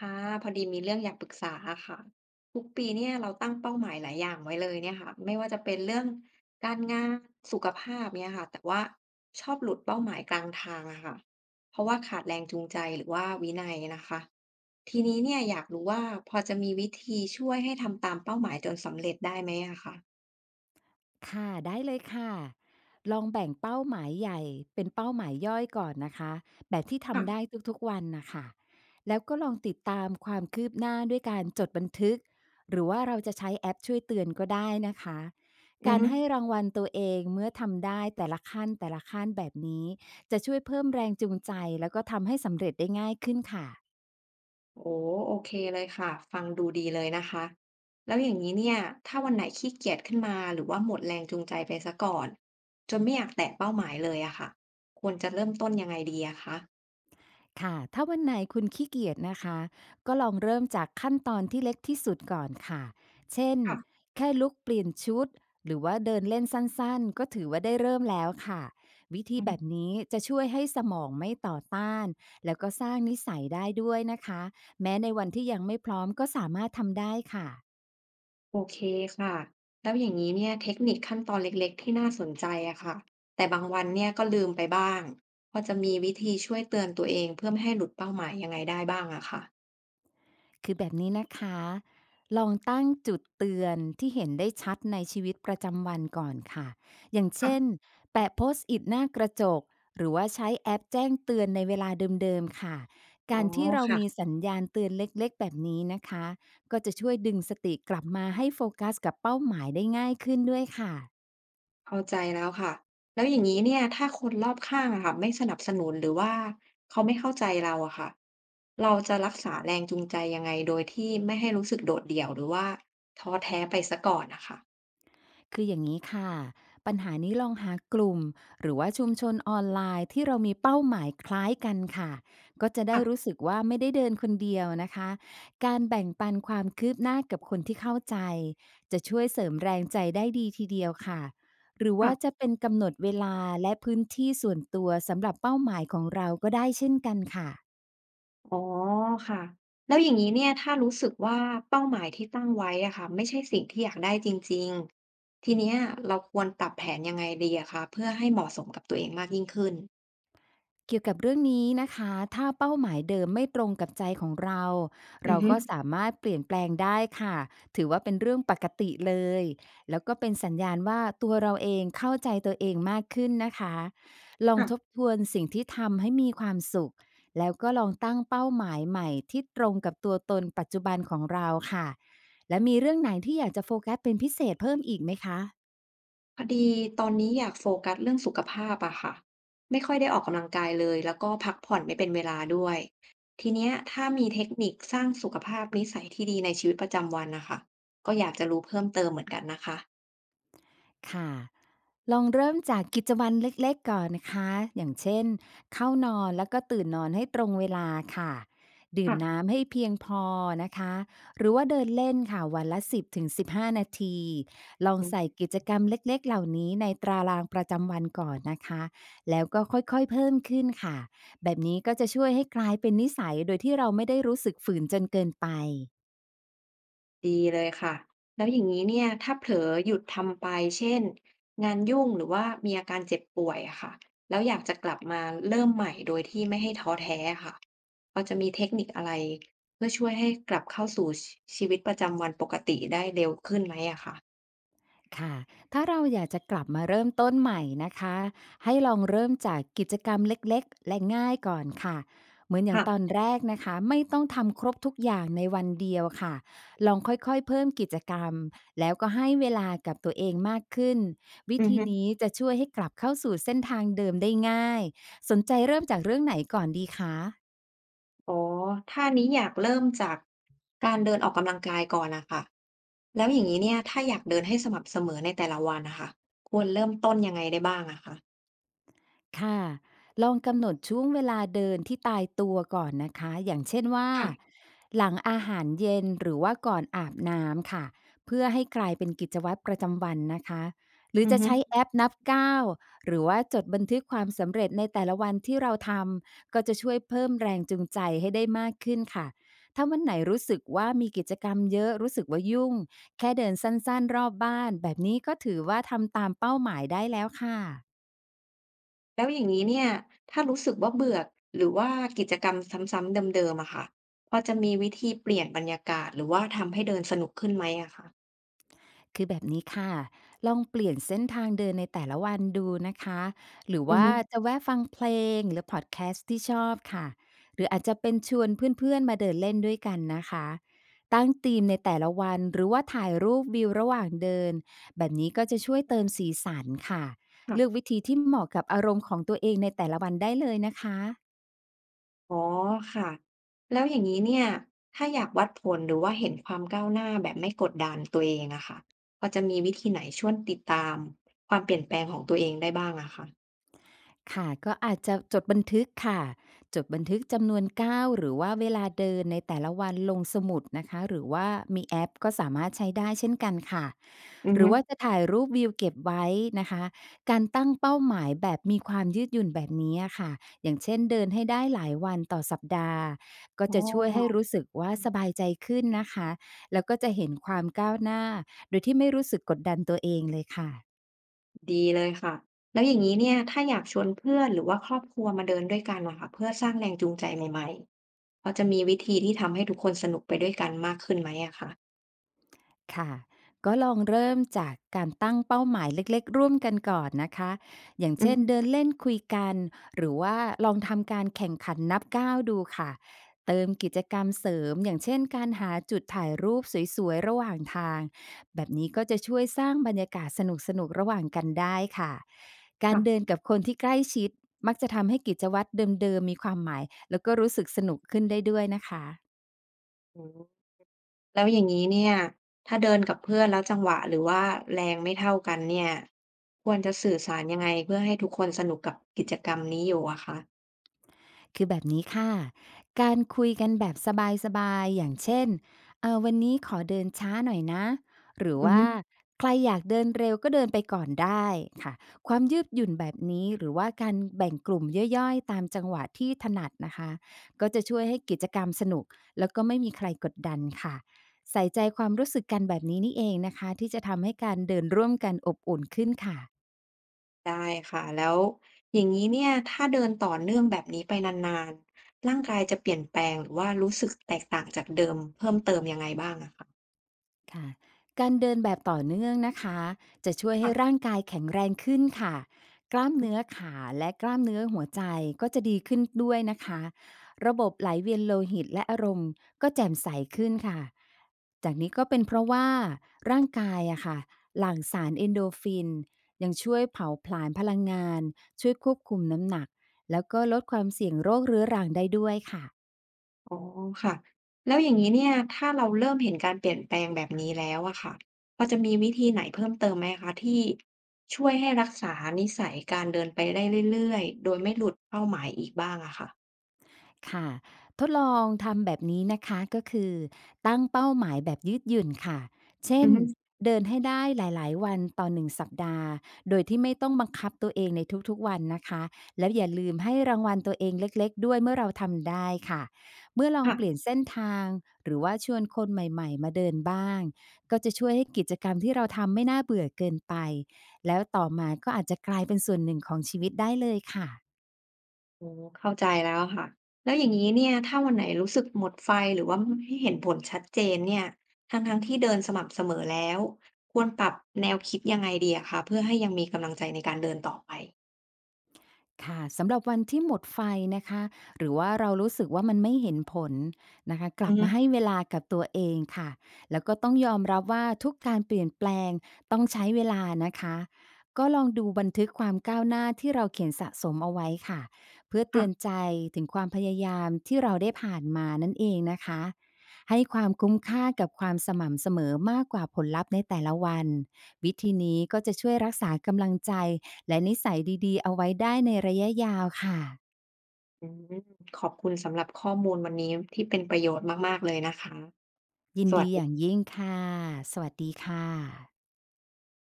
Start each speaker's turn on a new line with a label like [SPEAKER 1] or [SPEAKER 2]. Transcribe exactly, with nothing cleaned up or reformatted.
[SPEAKER 1] ค่ะพอดีมีเรื่องอยากปรึกษาอะค่ะทุกปีเนี่ยเราตั้งเป้าหมายหลายอย่างไว้เลยเนี่ยค่ะไม่ว่าจะเป็นเรื่องการงานสุขภาพเนี่ยค่ะแต่ว่าชอบหลุดเป้าหมายกลางทางอะค่ะเพราะว่าขาดแรงจูงใจหรือว่าวินัยนะคะทีนี้เนี่ยอยากรู้ว่าพอจะมีวิธีช่วยให้ทำตามเป้าหมายจนสำเร็จได้ไหมอะค่ะ
[SPEAKER 2] ค่ะได้เลยค่ะลองแบ่งเป้าหมายใหญ่เป็นเป้าหมายย่อยก่อนนะคะแบบที่ทำได้
[SPEAKER 1] ค่ะ
[SPEAKER 2] ทุกๆวันนะคะแล้วก็ลองติดตามความคืบหน้าด้วยการจดบันทึกหรือว่าเราจะใช้แอปช่วยเตือนก็ได้นะคะ
[SPEAKER 1] อือ
[SPEAKER 2] การ
[SPEAKER 1] ฮึ
[SPEAKER 2] ให้รางวัลตัวเองเมื่อทำได้แต่ละขั้นแต่ละขั้นแบบนี้จะช่วยเพิ่มแรงจูงใจแล้วก็ทำให้สำเร็จได้ง่ายขึ้นค่ะ
[SPEAKER 1] โอ้โอเคเลยค่ะฟังดูดีเลยนะคะแล้วอย่างนี้เนี่ยถ้าวันไหนขี้เกียจขึ้นมาหรือว่าหมดแรงจูงใจไปซะก่อนจนไม่อยากแตะเป้าหมายเลยอะค่ะควรจะเริ่มต้นยังไงดีอะคะ
[SPEAKER 2] ค่ะถ้าวันไหนคุณขี้เกียจนะคะก็ลองเริ่มจากขั้นตอนที่เล็กที่สุดก่อนค่ะเช่น
[SPEAKER 1] ค่ะ
[SPEAKER 2] แค่ลุกเปลี่ยนชุดหรือว่าเดินเล่นสั้นๆก็ถือว่าได้เริ่มแล้วค่ะวิธี
[SPEAKER 1] อือ
[SPEAKER 2] แบ
[SPEAKER 1] ฮึ
[SPEAKER 2] บนี้จะช่วยให้สมองไม่ต่อต้านแล้วก็สร้างนิสัยได้ด้วยนะคะแม้ในวันที่ยังไม่พร้อมก็สามารถทำได้ค่ะ
[SPEAKER 1] โอเคค่ะแล้วอย่างนี้เนี่ยเทคนิคขั้นตอนเล็กๆที่น่าสนใจอะค่ะแต่บางวันเนี่ยก็ลืมไปบ้างพอจะมีวิธีช่วยเตือนตัวเองเพื่อไม่ให้หลุดเป้าหมายยังไงได้บ้างอะค่ะ
[SPEAKER 2] คือแบบนี้นะคะลองตั้งจุดเตือนที่เห็นได้ชัดในชีวิตประจำวันก่อนค่ะอย่าง
[SPEAKER 1] ค่ะ
[SPEAKER 2] เช่นแปะโพสต์อิดหน้ากระจกหรือว่าใช้แอปแจ้งเตือนในเวลาเดิมๆค่ะ
[SPEAKER 1] อ๋อ
[SPEAKER 2] การที่เรามี
[SPEAKER 1] ค่ะ
[SPEAKER 2] สัญญาณเตือนเล็กๆแบบนี้นะคะก็จะช่วยดึงสติกลับมาให้โฟกัสกับเป้าหมายได้ง่ายขึ้นด้วยค่ะ
[SPEAKER 1] เข้าใจแล้วค่ะแล้วอย่างนี้เนี่ยถ้าคนรอบข้างอะค่ะไม่สนับสนุนหรือว่าเขาไม่เข้าใจเราอะค่ะเราจะรักษาแรงจูงใจยังไงโดยที่ไม่ให้รู้สึกโดดเดี่ยวหรือว่าท้อแท้ไปซะก่อนนะคะ
[SPEAKER 2] คืออย่างนี้ค่ะปัญหานี้ลองหากลุ่มหรือว่าชุมชนออนไลน์ที่เรามีเป้าหมายคล้ายกันค่ะก็จะได้รู้
[SPEAKER 1] ค่ะ
[SPEAKER 2] สึกว่าไม่ได้เดินคนเดียวนะคะการแบ่งปันความคืบหน้ากับคนที่เข้าใจจะช่วยเสริมแรงใจได้ดีทีเดียวค่ะหรือว่าจะ
[SPEAKER 1] ค่ะ
[SPEAKER 2] เป็นกำหนดเวลาและพื้นที่ส่วนตัวสำหรับเป้าหมายของเราก็ได้เช่นกันค่ะ
[SPEAKER 1] อ๋อค่ะแล้วอย่างนี้เนี่ยถ้ารู้สึกว่าเป้าหมายที่ตั้งไว้อะค่ะไม่ใช่สิ่งที่อยากได้จริงๆทีเนี้ยเราควรปรับแผนยังไงดีอะคะเพื่อให้เหมาะสมกับตัวเองมากยิ่งขึ้น
[SPEAKER 2] เกี่ยวกับเรื่องนี้นะคะถ้าเป้าหมายเดิมไม่ตรงกับใจของเรา
[SPEAKER 1] อื
[SPEAKER 2] เรา
[SPEAKER 1] อฮึ
[SPEAKER 2] ก็สามารถเปลี่ยนแปลงได้ค่ะถือว่าเป็นเรื่องปกติเลยแล้วก็เป็นสัญญาณว่าตัวเราเองเข้าใจตัวเองมากขึ้นนะคะลองทบ
[SPEAKER 1] ค่ะ
[SPEAKER 2] ทวนสิ่งที่ทำให้มีความสุขแล้วก็ลองตั้งเป้าหมายใหม่ที่ตรงกับตัวตนปัจจุบันของเราค่ะและมีเรื่องไหนที่อยากจะโฟกัสเป็นพิเศษเพิ่มอีกไหมคะ
[SPEAKER 1] พอดีตอนนี้อยากโฟกัสเรื่องสุขภาพอะค่ะไม่ค่อยได้ออกกำลังกายเลยแล้วก็พักผ่อนไม่เป็นเวลาด้วยทีเนี้ยถ้ามีเทคนิคสร้างสุขภาพนิสัยที่ดีในชีวิตประจำวันนะคะก็อยากจะรู้เพิ่มเติมเหมือนกันนะคะ
[SPEAKER 2] ค่ะ ลองเริ่มจากกิจวัตรเล็กๆก่อนนะคะอย่างเช่นเข้านอนแล้วก็ตื่นนอนให้ตรงเวลาค่ะดื่ม
[SPEAKER 1] ค่ะ
[SPEAKER 2] น้ำให้เพียงพอนะคะหรือว่าเดินเล่นค่ะวันละสิบถึงสิบห้านาที ลองใส่กิจกรรมเล็กๆเหล่านี้ในตารางประจำวันก่อนนะคะแล้วก็ค่อยๆเพิ่มขึ้นค่ะแบบนี้ก็จะช่วยให้กลายเป็นนิสัยโดยที่เราไม่ได้รู้สึกฝืนจนเกินไป
[SPEAKER 1] ดีเลยค่ะแล้วอย่างนี้เนี่ยถ้าเผลอหยุดทำไปเช่นงานยุ่งหรือว่ามีอาการเจ็บป่วยอะค่ะแล้วอยากจะกลับมาเริ่มใหม่โดยที่ไม่ให้ท้อแท้ค่ะพอจะมีเทคนิคอะไรเพื่อช่วยให้กลับเข้าสู่ชชีวิตประจำวันปกติได้เร็วขึ้นไหมอะค่ะ
[SPEAKER 2] ค่ะถ้าเราอยากจะกลับมาเริ่มต้นใหม่นะคะ ให้ลองเริ่มจากกิจกรรมเล็กๆและง่ายก่อนค่ะเหมือนอย่าง
[SPEAKER 1] ค่ะ
[SPEAKER 2] ตอนแรกนะคะไม่ต้องทำครบทุกอย่างในวันเดียวค่ะ ลองค่อยๆเพิ่มกิจกรรมแล้วก็ให้เวลากับตัวเองมากขึ้น วิ
[SPEAKER 1] อือ
[SPEAKER 2] ธี
[SPEAKER 1] ฮึ
[SPEAKER 2] นี้จะช่วยให้กลับเข้าสู่เส้นทางเดิมได้ง่าย สนใจเริ่มจากเรื่องไหนก่อนดีคะ
[SPEAKER 1] อ๋อถ้านี้อยากเริ่มจากการเดินออกกำลังกายก่อนนะคะแล้วอย่างนี้เนี่ยถ้าอยากเดินให้สม่ำเสมอในแต่ละวันนะคะควรเริ่มต้นยังไงได้บ้างอะคะ
[SPEAKER 2] ค่ะลองกำหนดช่วงเวลาเดินที่ตายตัวก่อนนะคะอย่างเช่นว่า
[SPEAKER 1] ค่ะ
[SPEAKER 2] หลังอาหารเย็นหรือว่าก่อนอาบน้ำค่ะเพื่อให้กลายเป็นกิจวัตรประจำวันนะคะหรือ
[SPEAKER 1] อือ
[SPEAKER 2] จะ
[SPEAKER 1] ฮึ
[SPEAKER 2] ใช้แอปนับก้าวหรือว่าจดบันทึกความสำเร็จในแต่ละวันที่เราทำก็จะช่วยเพิ่มแรงจูงใจให้ได้มากขึ้นค่ะถ้าวันไหนรู้สึกว่ามีกิจกรรมเยอะรู้สึกว่ายุ่งแค่เดินสั้นๆรอบบ้านแบบนี้ก็ถือว่าทำตามเป้าหมายได้แล้วค่ะ
[SPEAKER 1] แล้วอย่างนี้เนี่ยถ้ารู้สึกว่าเบื่อหรือว่ากิจกรรมซ้ำๆเดิมๆอะค่ะพอจะมีวิธีเปลี่ยนบรรยากาศหรือว่าทำให้เดินสนุกขึ้นไหมอะคะ
[SPEAKER 2] คือแบบนี้ค่ะ ลองเปลี่ยนเส้นทางเดินในแต่ละวันดูนะคะ หรือ
[SPEAKER 1] อือ
[SPEAKER 2] ว่า
[SPEAKER 1] ฮึ
[SPEAKER 2] จะแวะฟังเพลงหรือพอดแคสต์ที่ชอบค่ะหรืออาจจะเป็นชวนเพื่อนๆมาเดินเล่นด้วยกันนะคะ ตั้งธีมในแต่ละวันหรือว่าถ่ายรูปวิวระหว่างเดินแบบนี้ก็จะช่วยเติมสีสันค่ะ เลือก
[SPEAKER 1] ค่ะ
[SPEAKER 2] วิธีที่เหมาะกับอารมณ์ของตัวเองในแต่ละวันได้เลยนะคะ
[SPEAKER 1] อ๋อค่ะแล้วอย่างนี้เนี่ยถ้าอยากวัดผลหรือว่าเห็นความก้าวหน้าแบบไม่กดดันตัวเองอะค่ะพอจะมีวิธีไหนช่วยติดตามความเปลี่ยนแปลงของตัวเองได้บ้างอะคะ
[SPEAKER 2] ค่ะก็อาจจะจดบันทึกค่ะจดบันทึกจำนวนก้าวหรือว่าเวลาเดินในแต่ละวันลงสมุดนะคะหรือว่ามีแอปก็สามารถใช้ได้เช่นกันค่ะ
[SPEAKER 1] อือ
[SPEAKER 2] หรื
[SPEAKER 1] ฮึ
[SPEAKER 2] อว่าจะถ่ายรูปวิวเก็บไว้นะคะการตั้งเป้าหมายแบบมีความยืดหยุ่นแบบนี้อะค่ะอย่างเช่นเดินให้ได้หลายวันต่อสัปดาห์ก็
[SPEAKER 1] อ๋
[SPEAKER 2] จะช่วยให้
[SPEAKER 1] อ
[SPEAKER 2] รู้สึกว่าสบายใจขึ้นนะคะแล้วก็จะเห็นความก้าวหน้าโดยที่ไม่รู้สึกกดดันตัวเองเลยค่ะ
[SPEAKER 1] ดีเลยค่ะแล้วอย่างนี้เนี่ยถ้าอยากชวนเพื่อนหรือว่าครอบครัวมาเดินด้วยกันนะคะเพื่อสร้างแรงจูงใจใหม่ๆพอจะมีวิธีที่ทำให้ทุกคนสนุกไปด้วยกันมากขึ้นไหมอะคะ
[SPEAKER 2] ค่ะก็ลองเริ่มจากการตั้งเป้าหมายเล็กๆร่วมกันก่อนนะคะอย่าง
[SPEAKER 1] อื
[SPEAKER 2] เช่นเดิน
[SPEAKER 1] ม
[SPEAKER 2] เล่นคุยกันหรือว่าลองทำการแข่งขันนับก้าวดูค่ะเติมกิจกรรมเสริมอย่างเช่นการหาจุดถ่ายรูปสวยๆระหว่างทางแบบนี้ก็จะช่วยสร้างบรรยากาศสนุกๆระหว่างกันได้ค่ะการเดิน
[SPEAKER 1] ค่ะ
[SPEAKER 2] กับคนที่ใกล้ชิดมักจะทำให้กิจวัตรเดิมๆมีความหมายแล้วก็รู้สึกสนุกขึ้นได้ด้วยนะคะ
[SPEAKER 1] อืมแล้วอย่างนี้เนี่ยถ้าเดินกับเพื่อนแล้วจังหวะหรือว่าแรงไม่เท่ากันเนี่ยควรจะสื่อสารยังไงเพื่อให้ทุกคนสนุกกับกิจกรรมนี้อยู่อะคะ
[SPEAKER 2] คือแบบนี้ค่ะการคุยกันแบบสบายๆอย่างเช่นเออวันนี้ขอเดินช้าหน่อยนะหรือ
[SPEAKER 1] อืม
[SPEAKER 2] ว่าใครอยากเดินเร็วก็เดินไปก่อนได้ค่ะความยืดหยุ่นแบบนี้หรือว่าการแบ่งกลุ่มย่อยๆตามจังหวะที่ถนัดนะคะก็จะช่วยให้กิจกรรมสนุกแล้วก็ไม่มีใครกดดันค่ะใส่ใจความรู้สึกกันแบบนี้นี่เองนะคะที่จะทำให้การเดินร่วมกันอบอุ่นขึ้นค่ะ
[SPEAKER 1] ได้ค่ะแล้วอย่างนี้เนี่ยถ้าเดินต่อเนื่องแบบนี้ไปนานๆร่างกายจะเปลี่ยนแปลงหรือว่ารู้สึกแตกต่างจากเดิมเพิ่มเติมยังไงบ้างอะคะ
[SPEAKER 2] ค่ะการเดินแบบต่อเนื่องนะคะจะช่วยให้
[SPEAKER 1] ค่ะ
[SPEAKER 2] ร่างกายแข็งแรงขึ้นค่ะกล้ามเนื้อขาและกล้ามเนื้อหัวใจก็จะดีขึ้นด้วยนะคะระบบไหลเวียนโลหิตและอารมณ์ก็แจ่มใสขึ้นค่ะจากนี้ก็เป็นเพราะว่าร่างกายอะค่ะหลั่งสารเอนโดรฟินยังช่วยเผาผลาญพลังงานช่วยควบคุมน้ำหนัก
[SPEAKER 1] อ๋อค่ะแล้วอย่างนี้เนี่ยถ้าเราเริ่มเห็นการเปลี่ยนแปลงแบบนี้แล้วอะค่ะพอจะมีวิธีไหนเพิ่มเติมไหมคะที่ช่วยให้รักษานิสัยการเดินไปได้เรื่อยๆโดยไม่หลุดเป้าหมายอีกบ้างอะค่ะ
[SPEAKER 2] ค่ะทดลองทำแบบนี้นะคะก็คือตั้งเป้าหมายแบบยืดหยุ่นค่ะเช่
[SPEAKER 1] อือ
[SPEAKER 2] น
[SPEAKER 1] ฮึ
[SPEAKER 2] เดินให้ได้หลายๆวันต่อหนึ่งสัปดาห์โดยที่ไม่ต้องบังคับตัวเองในทุกๆวันนะคะแล้วอย่าลืมให้รางวัลตัวเองเล็กๆด้วยเมื่อเราทำได้ค่ะเมื่อลอง
[SPEAKER 1] ค่ะ
[SPEAKER 2] เปลี่ยนเส้นทางหรือว่าชวนคนใหม่ๆมาเดินบ้างก็จะช่วยให้กิจกรรมที่เราทำไม่น่าเบื่อเกินไปแล้วต่อมาก็อาจจะกลายเป็นส่วนหนึ่งของชีวิตได้เลยค่ะ
[SPEAKER 1] โอเข้าใจแล้วค่ะแล้วอย่างนี้เนี่ยถ้าวันไหนรู้สึกหมดไฟหรือว่าไม่เห็นผลชัดเจนเนี่ยทั้งๆที่เดินสม่ำเสมอแล้วควรปรับแนวคิดยังไงดีอะคะเพื่อให้ยังมีกำลังใจในการเดินต่อไป
[SPEAKER 2] ค่ะสำหรับวันที่หมดไฟนะคะหรือว่าเรารู้สึกว่ามันไม่เห็นผลนะคะก
[SPEAKER 1] อื
[SPEAKER 2] ลั
[SPEAKER 1] อ
[SPEAKER 2] บ
[SPEAKER 1] ฮึ
[SPEAKER 2] มาให้เวลากับตัวเองค่ะแล้วก็ต้องยอมรับว่าทุกการเปลี่ยนแปลงต้องใช้เวลานะคะก็ลองดูบันทึกความก้าวหน้าที่เราเขียนสะสมเอาไว้ค่ะเพื่อเตื
[SPEAKER 1] ค่ะ
[SPEAKER 2] อนใจถึงความพยายามที่เราได้ผ่านมานั่นเองนะคะให้ความคุ้มค่ากับความสม่ำเสมอมากกว่าผลลัพธ์ในแต่ละวันวิธีนี้ก็จะช่วยรักษากำลังใจ และนิสัยดีๆ เอาไว้ได้ในระยะยาวค่ะ
[SPEAKER 1] อืมขอบคุณสำหรับข้อมูลวันนี้ที่เป็นประโยชน์มากๆเลยนะคะ
[SPEAKER 2] ยิน
[SPEAKER 1] สวัส
[SPEAKER 2] ดีอย่าง
[SPEAKER 1] ดี
[SPEAKER 2] ยิ่งค่ะสวัสดีค่ะ